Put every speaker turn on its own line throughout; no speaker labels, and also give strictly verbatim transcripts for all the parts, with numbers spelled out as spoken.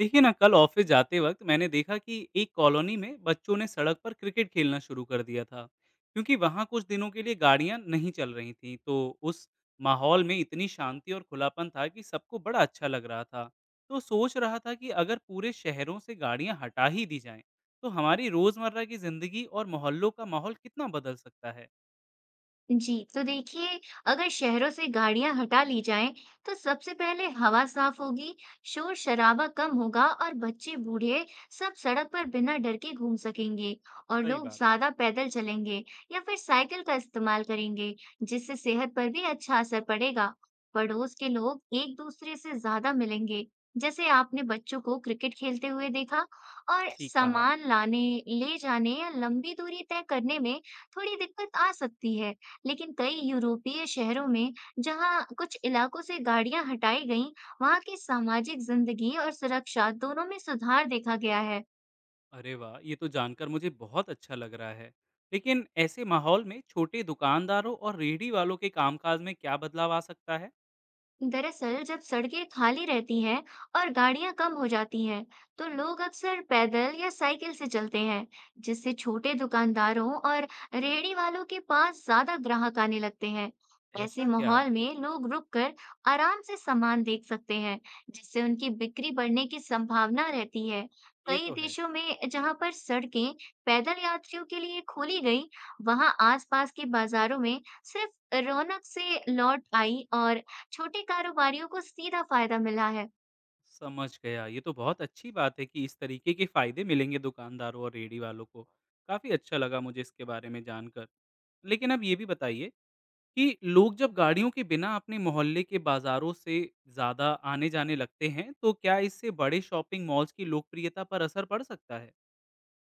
देखिए ना, कल ऑफिस जाते वक्त मैंने देखा कि एक कॉलोनी में बच्चों ने सड़क पर क्रिकेट खेलना शुरू कर दिया था क्योंकि वहां कुछ दिनों के लिए गाड़ियां नहीं चल रही थीं। तो उस माहौल में इतनी शांति और खुलापन था कि सबको बड़ा अच्छा लग रहा था। तो सोच रहा था कि अगर पूरे शहरों से गाड़ियां हटा ही दी जाएं, तो हमारी रोजमर्रा की जिंदगी और मोहल्लों का माहौल कितना बदल सकता है।
जी तो देखिए, अगर शहरों से गाड़ियां हटा ली जाएं तो सबसे पहले हवा साफ होगी। शोर शराबा कम होगा और बच्चे बूढ़े सब सड़क पर बिना डर के घूम सकेंगे और
सही
लोग
बात है।
ज्यादा पैदल चलेंगे या फिर साइकिल का इस्तेमाल करेंगे, जिससे सेहत पर भी अच्छा असर पड़ेगा। पड़ोस के लोग एक दूसरे से ज्यादा मिलेंगे, जैसे आपने बच्चों को क्रिकेट खेलते हुए देखा। और
ठीक कहा।
सामान लाने ले जाने या लंबी दूरी तय करने में थोड़ी दिक्कत आ सकती है, लेकिन कई यूरोपीय शहरों में जहाँ कुछ इलाकों से गाड़ियां हटाई गईं, वहाँ की सामाजिक जिंदगी और सुरक्षा दोनों में सुधार देखा गया है।
अरे वाह! ये तो जानकर मुझे बहुत अच्छा लग रहा है। लेकिन ऐसे माहौल में छोटे दुकानदारों और रेहड़ी वालों के कामकाज में क्या बदलाव आ सकता है?
दरअसल जब सड़कें खाली रहती हैं और गाड़ियां कम हो जाती हैं, तो लोग अक्सर पैदल या साइकिल से चलते हैं, जिससे छोटे दुकानदारों और रेहड़ी वालों के पास ज्यादा ग्राहक आने लगते हैं। ऐसे
ऐसा क्या?
माहौल में लोग रुककर आराम से सामान देख सकते हैं, जिससे उनकी बिक्री बढ़ने की संभावना रहती है।
ये
कई
तो है।
देशों में जहां पर सड़कें पैदल यात्रियों के लिए खोली गई, वहां आसपास के बाजारों में सिर्फ रौनक से लौट आई और छोटे कारोबारियों को सीधा फायदा मिला है।
समझ गया। ये तो बहुत अच्छी बात है कि इस तरीके के फ़ायदे मिलेंगे दुकानदारों और रेहड़ी वालों को। काफ़ी अच्छा लगा मुझे इसके बारे में जानकर। लेकिन अब ये भी बताइए कि लोग जब गाड़ियों के बिना अपने मोहल्ले के बाज़ारों से ज़्यादा आने-जाने लगते हैं, तो क्या इससे बड़े शॉपिंग मॉल्स की लोकप्रियता पर असर पड़ सकता है?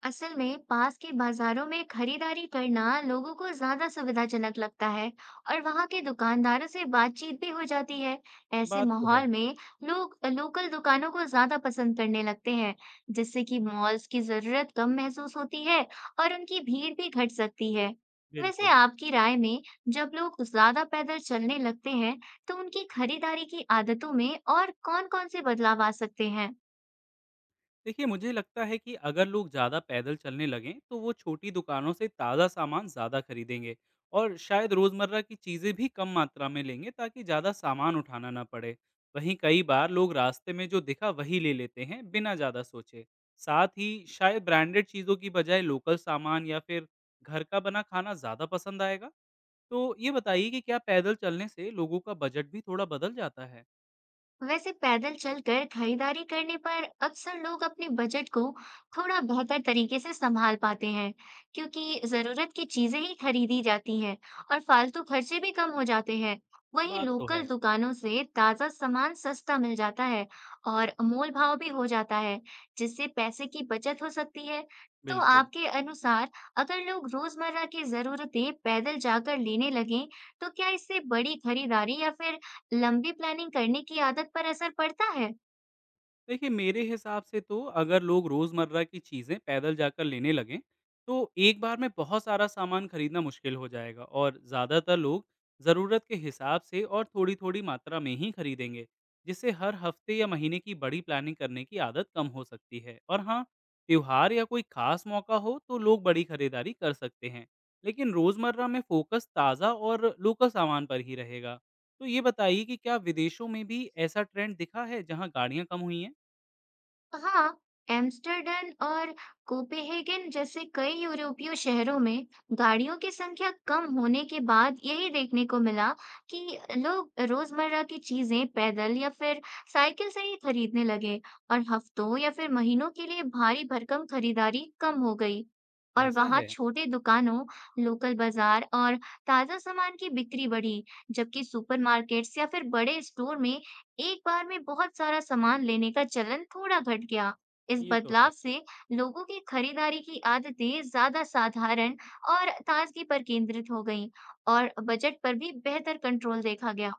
असल में पास के बाजारों में खरीदारी करना लोगों को ज्यादा सुविधाजनक लगता है और वहां के दुकानदारों से बातचीत भी हो जाती है। ऐसे
बात तो है।
माहौल में लोग लोकल दुकानों को ज्यादा पसंद करने लगते हैं, जिससे कि मॉल्स की जरूरत कम महसूस होती है और उनकी भीड़ भी घट सकती है। वैसे
बिल्कुल।
आपकी राय में जब लोग ज्यादा पैदल चलने लगते हैं, तो उनकी खरीदारी की आदतों में और कौन-कौन से बदलाव आ सकते हैं?
देखिए, मुझे लगता है कि अगर लोग ज़्यादा पैदल चलने लगें, तो वो छोटी दुकानों से ताज़ा सामान ज़्यादा खरीदेंगे और शायद रोज़मर्रा की चीज़ें भी कम मात्रा में लेंगे ताकि ज़्यादा सामान उठाना ना पड़े। वहीं कई बार लोग रास्ते में जो दिखा वही ले लेते हैं, बिना ज़्यादा सोचे। साथ ही शायद ब्रांडेड चीज़ों की बजाय लोकल सामान या फिर घर का बना खाना ज़्यादा पसंद आएगा। तो ये बताइए कि क्या पैदल चलने से लोगों का बजट भी थोड़ा बदल जाता है?
वैसे पैदल चलकर खरीदारी करने पर अक्सर लोग अपने बजट को थोड़ा बेहतर तरीके से संभाल पाते हैं, क्योंकि जरूरत की चीजें ही खरीदी जाती हैं और फालतू खर्चे भी कम हो जाते हैं। वहीं
बात तो
लोकल
है।
दुकानों से ताजा सामान सस्ता मिल जाता है और मोल भाव भी हो जाता है, जिससे पैसे की बचत हो सकती है। तो
बिल्कुल।
आपके अनुसार अगर लोग रोजमर्रा की जरूरतें पैदल जाकर लेने लगें, तो क्या इससे बड़ी खरीदारी या फिर लंबी प्लानिंग करने की आदत पर असर पड़ता है?
देखिए, मेरे हिसाब से तो अगर लोग रोज़मर्रा की चीज़ें पैदल जाकर लेने लगें, तो एक बार में बहुत सारा सामान खरीदना मुश्किल हो जाएगा और ज़्यादातर लोग ज़रूरत के हिसाब से और थोड़ी-थोड़ी मात्रा में ही खरीदेंगे, जिससे हर हफ्ते या महीने की बड़ी प्लानिंग करने की आदत कम हो सकती है। और हाँ, त्योहार या कोई खास मौका हो, तो लोग बड़ी खरीदारी कर सकते हैं, लेकिन रोज़मर्रा में फ़ोकस ताज़ा और लोकल सामान पर ही रहेगा। तो ये बताइए कि क्या विदेशों में भी ऐसा ट्रेंड दिखा है, जहाँ गाड़ियाँ कम हुई हैं?
हाँ, एम्स्टर्डम और कोपेनहेगन जैसे कई यूरोपीय शहरों में गाड़ियों की संख्या कम होने के बाद यही देखने को मिला कि लोग रोजमर्रा की चीजें पैदल या फिर साइकिल से ही खरीदने लगे और हफ्तों या फिर महीनों के लिए भारी भरकम खरीदारी कम हो गई। और
ऐसा
वहाँ
है?
छोटे दुकानों, लोकल बाजार और ताजा सामान की बिक्री बढ़ी, जबकि सुपरमार्केट्स या फिर बड़े स्टोर में एक बार में बहुत सारा सामान लेने का चलन थोड़ा घट गया। इस
ये तो
बदलाव
है।
से लोगों की खरीदारी की आदतें ज्यादा साधारण और ताजगी पर केंद्रित हो गईं और बजट पर भी बेहतर कंट्रोल देखा गया।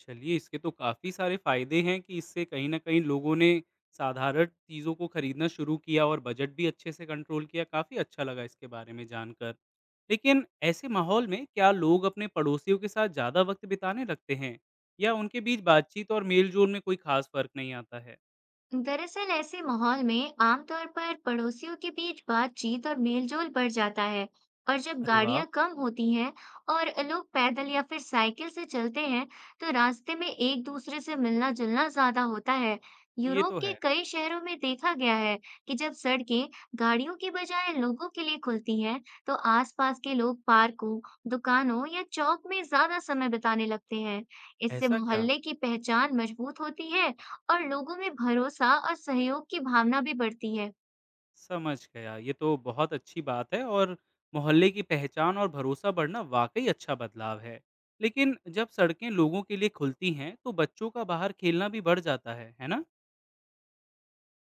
चलिए, इसके तो काफ़ी सारे फ़ायदे हैं कि इससे कहीं न कहीं लोगों ने साधारण चीज़ों को खरीदना शुरू किया और बजट भी अच्छे से कंट्रोल किया। काफ़ी अच्छा लगा इसके बारे में जानकर। लेकिन ऐसे माहौल में क्या लोग अपने पड़ोसियों के साथ ज़्यादा वक़्त बिताने लगते हैं? या उनके बीच बातचीत और मेल-जोल में कोई ख़ास फ़र्क नहीं आता है?
दरअसल ऐसे माहौल में आमतौर पर पड़ोसियों के बीच बातचीत और मेलजोल बढ़ जाता है और जब
अरे वाह!
गाड़ियां कम होती हैं और लोग पैदल या फिर साइकिल से चलते हैं, तो रास्ते में एक दूसरे से मिलना जुलना ज्यादा होता है।
ये
यूरोप
तो
के
है।
कई शहरों में देखा गया है कि जब सड़कें गाड़ियों की बजाय लोगों के लिए खुलती हैं, तो आसपास के लोग पार्कों, दुकानों या चौक में ज्यादा समय बिताने लगते हैं। इससे
ऐसा क्या?
मोहल्ले की पहचान मजबूत होती है और लोगों में भरोसा और सहयोग की भावना भी बढ़ती है।
समझ गया। ये तो बहुत अच्छी बात है और मोहल्ले की पहचान और भरोसा बढ़ना वाकई अच्छा बदलाव है। लेकिन जब सड़कें लोगों के लिए खुलती हैं, तो बच्चों का बाहर खेलना भी बढ़ जाता है, है ना?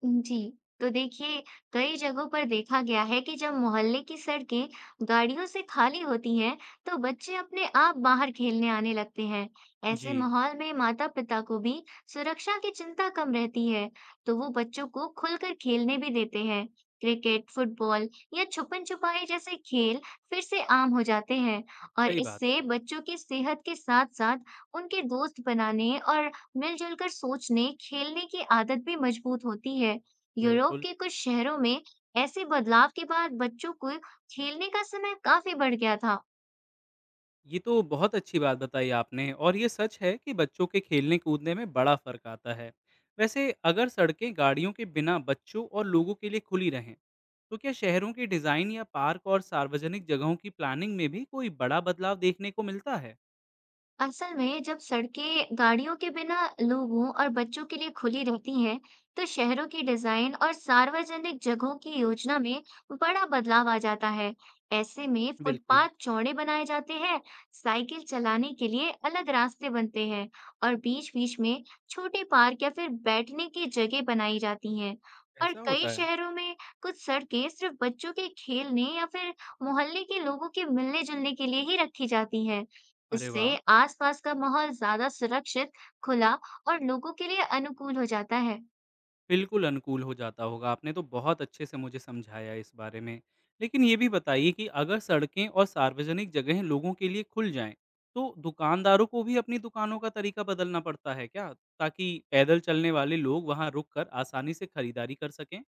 जी तो देखिए, कई जगहों पर देखा गया है कि जब मोहल्ले की सड़कें गाड़ियों से खाली होती हैं, तो बच्चे अपने आप बाहर खेलने आने लगते हैं।
जी।
ऐसे माहौल में माता-पिता को भी सुरक्षा की चिंता कम रहती है, तो वो बच्चों को खुलकर खेलने भी देते हैं। क्रिकेट, फुटबॉल या छुपन-छुपाई जैसे खेल फिर से आम हो जाते हैं और
सही बात
इससे
है।
बच्चों की सेहत के साथ-साथ उनके दोस्त बनाने और मिलजुल कर सोचने, खेलने की आदत भी मजबूत होती है। यूरोप
बिल्कुल।
के कुछ शहरों में ऐसे बदलाव के बाद बच्चों को खेलने का समय काफी बढ़ गया था।
ये तो बहुत अच्छी बात बताई आपने, और ये सच है कि बच्चों के खेलने कूदने में बड़ा फर्क आता है। वैसे अगर सड़कें गाड़ियों के बिना बच्चों और लोगों के लिए खुली रहें, तो क्या शहरों के डिजाइन या पार्क और सार्वजनिक जगहों की प्लानिंग में भी कोई बड़ा बदलाव देखने को मिलता है?
असल में जब सड़कें गाड़ियों के बिना लोगों और बच्चों के लिए खुली रहती हैं, तो शहरों की डिजाइन और सार्वजनिक जगहों की योजना में बड़ा बदलाव आ जाता है। ऐसे में
बिल्कुल।
फुटपाथ चौड़े बनाए जाते हैं, साइकिल चलाने के लिए अलग रास्ते बनते हैं और बीच-बीच में छोटे पार्क या फिर बैठने की जगह बनाई जाती हैं। और
ऐसा होता
कई
है?
शहरों में कुछ सड़कें सिर्फ बच्चों के खेलने या फिर मोहल्ले के लोगों के मिलने-जुलने के लिए ही रखी जाती हैं।
अरे
इससे
वाह!
आसपास का माहौल ज्यादा सुरक्षित, खुला और लोगों के लिए अनुकूल हो जाता है।
बिल्कुल अनुकूल हो जाता होगा। आपने तो बहुत अच्छे से मुझे समझाया इस बारे में। लेकिन ये भी बताइए कि अगर सड़कें और सार्वजनिक जगहें लोगों के लिए खुल जाएँ, तो दुकानदारों को भी अपनी दुकानों का तरीका बदलना पड़ता है क्या? ताकि पैदल चलने वाले लोग वहाँ रुक कर आसानी से खरीदारी कर सकें?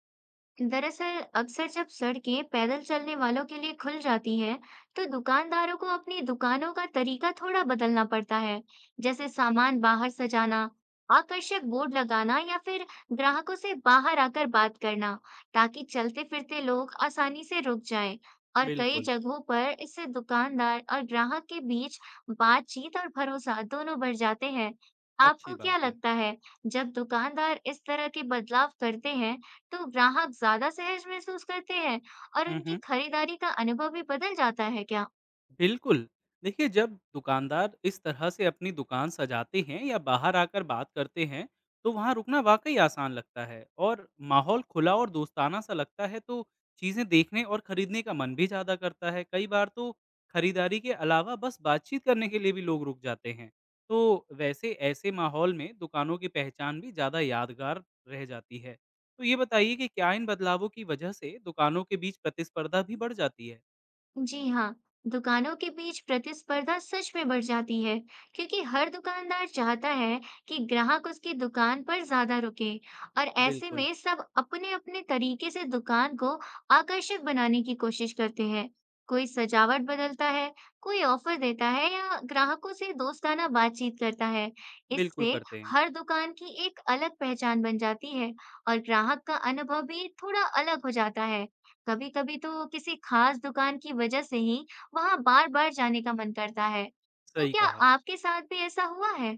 दरअसल अक्सर जब सड़कें पैदल चलने वालों के लिए खुल जाती हैं, तो दुकानदारों को अपनी दुकानों का तरीका थोड़ा बदलना पड़ता है, जैसे सामान बाहर सजाना, आकर्षक बोर्ड लगाना या फिर ग्राहकों से बाहर आकर बात करना, ताकि चलते फिरते लोग आसानी से रुक जाएं। और कई
बिल्कुल।
जगहों पर इससे दुकानदार और ग्राहक के बीच बातचीत और भरोसा दोनों बढ़ जाते हैं।
अच्छी
आपको क्या
बात है।
लगता है, जब दुकानदार इस तरह के बदलाव करते हैं, तो ग्राहक ज़्यादा सहज महसूस करते हैं और
हुँ,
उनकी
हुँ।
खरीदारी का अनुभव भी बदल जाता है क्या?
बिल्कुल। देखिए, जब दुकानदार इस तरह से अपनी दुकान सजाते हैं या बाहर आकर बात करते हैं, तो वहाँ रुकना वाक़ई आसान लगता है और माहौल खुला और दोस्ताना सा लगता है, तो चीज़ें देखने और खरीदने का मन भी ज़्यादा करता है। कई बार तो खरीदारी के अलावा बस बातचीत करने के लिए भी लोग रुक जाते हैं। तो वैसे ऐसे माहौल में दुकानों की पहचान भी ज़्यादा यादगार रह जाती है। तो ये बताइए कि क्या इन बदलावों की वजह से दुकानों के बीच प्रतिस्पर्धा भी बढ़ जाती है?
जी हाँ, दुकानों के बीच प्रतिस्पर्धा सच में बढ़ जाती है, क्योंकि हर दुकानदार चाहता है कि ग्राहक उसकी दुकान पर ज्यादा रुके, और ऐसे
बिल्कुल।
में सब अपने-अपने तरीके से दुकान को आकर्षक बनाने की कोशिश करते हैं। कोई सजावट बदलता है, कोई ऑफर देता है या ग्राहकों से दोस्ताना बातचीत करता है।
बिल्कुल
इससे
करते हैं।
हर दुकान की एक अलग पहचान बन जाती है और ग्राहक का अनुभव भी थोड़ा अलग हो जाता है। कभी-कभी तो किसी खास दुकान की वजह से ही वहां बार-बार जाने का मन करता है। तो
सही
क्या
कहा।
आपके साथ भी ऐसा हुआ है?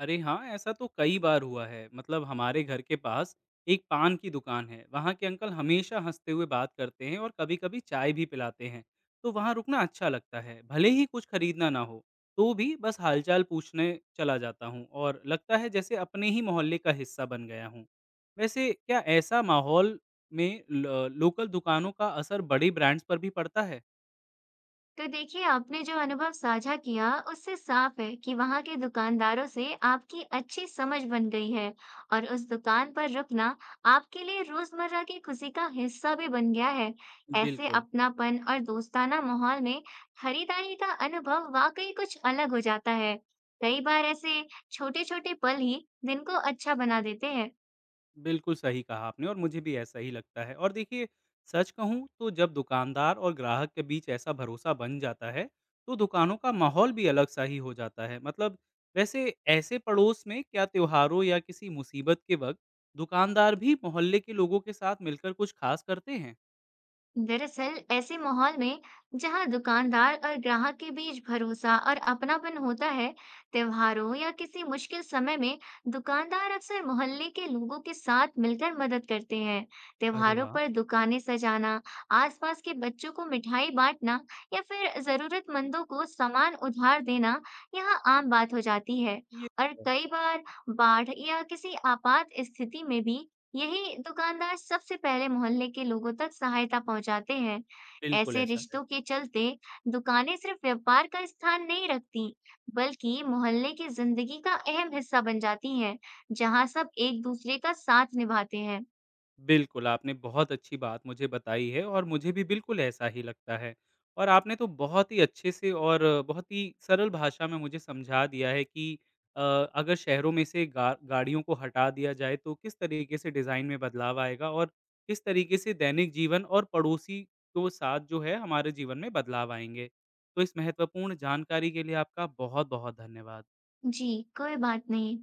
अरे हाँ, ऐसा तो कई बार हुआ है। मतलब हमारे घर के पास एक पान की दुकान है। वहाँ के अंकल हमेशा हँसते हुए बात करते हैं और कभी-कभी चाय भी पिलाते हैं। तो वहाँ रुकना अच्छा लगता है। भले ही कुछ खरीदना ना हो, तो भी बस हालचाल पूछने चला जाता हूँ और लगता है जैसे अपने ही मोहल्ले का हिस्सा बन गया हूँ। वैसे क्या ऐसा माहौल में ल लोकल दुकानों का असर बड़े ब्रांड्स पर भी पड़ता है?
तो देखिए, आपने जो अनुभव साझा किया उससे साफ है कि वहां के दुकानदारों से आपकी अच्छी समझ बन गई है और उस दुकान पर रुकना आपके लिए रोजमर्रा की खुशी का हिस्सा भी बन गया है। ऐसे
बिल्कुल।
अपनापन और दोस्ताना माहौल में खरीदारी का अनुभव वाकई कुछ अलग हो जाता है। कई बार ऐसे छोटे छोटे पल ही दिन को अच्छा बना देते हैं।
बिल्कुल सही कहा आपने, और मुझे भी ऐसा ही लगता है। और देखिए, सच कहूँ तो जब दुकानदार और ग्राहक के बीच ऐसा भरोसा बन जाता है, तो दुकानों का माहौल भी अलग सा ही हो जाता है। मतलब वैसे ऐसे पड़ोस में क्या त्योहारों या किसी मुसीबत के वक्त दुकानदार भी मोहल्ले के लोगों के साथ मिलकर कुछ खास करते हैं?
दरअसल ऐसे माहौल में जहां दुकानदार और ग्राहक के बीच भरोसा और अपनापन होता है, त्योहारों या किसी मुश्किल समय में दुकानदार अक्सर मोहल्ले के लोगों के साथ मिलकर मदद करते हैं।
अरे
त्योहारों
वाह!
पर दुकानें सजाना, आसपास के बच्चों को मिठाई बांटना या फिर जरूरतमंदों को सामान उधार देना यहाँ आम बात हो जाती है।
ये
और
तो है।
कई बार बाढ़ या किसी आपात स्थिति में भी यही दुकानदार सबसे पहले मोहल्ले के लोगों तक सहायता पहुंचाते हैं।
बिल्कुल
ऐसे
ऐसा है।
रिश्तों के चलते दुकानें सिर्फ व्यापार का स्थान नहीं रखती, बल्कि मोहल्ले की जिंदगी का अहम हिस्सा बन जाती हैं, जहां सब एक दूसरे का साथ निभाते हैं।
बिल्कुल, आपने बहुत अच्छी बात मुझे बताई है और मुझे भी बिल्कुल ऐसा ही लगता है। और आपने तो बहुत ही अच्छे से और बहुत ही सरल भाषा में मुझे समझा दिया है कि अ, अगर शहरों में से गा गाड़ियों को हटा दिया जाए तो किस तरीके से डिज़ाइन में बदलाव आएगा और किस तरीके से दैनिक जीवन और पड़ोसी को साथ जो है हमारे जीवन में बदलाव आएँगे। तो इस महत्वपूर्ण जानकारी के लिए आपका बहुत-बहुत धन्यवाद।
जी, कोई बात नहीं।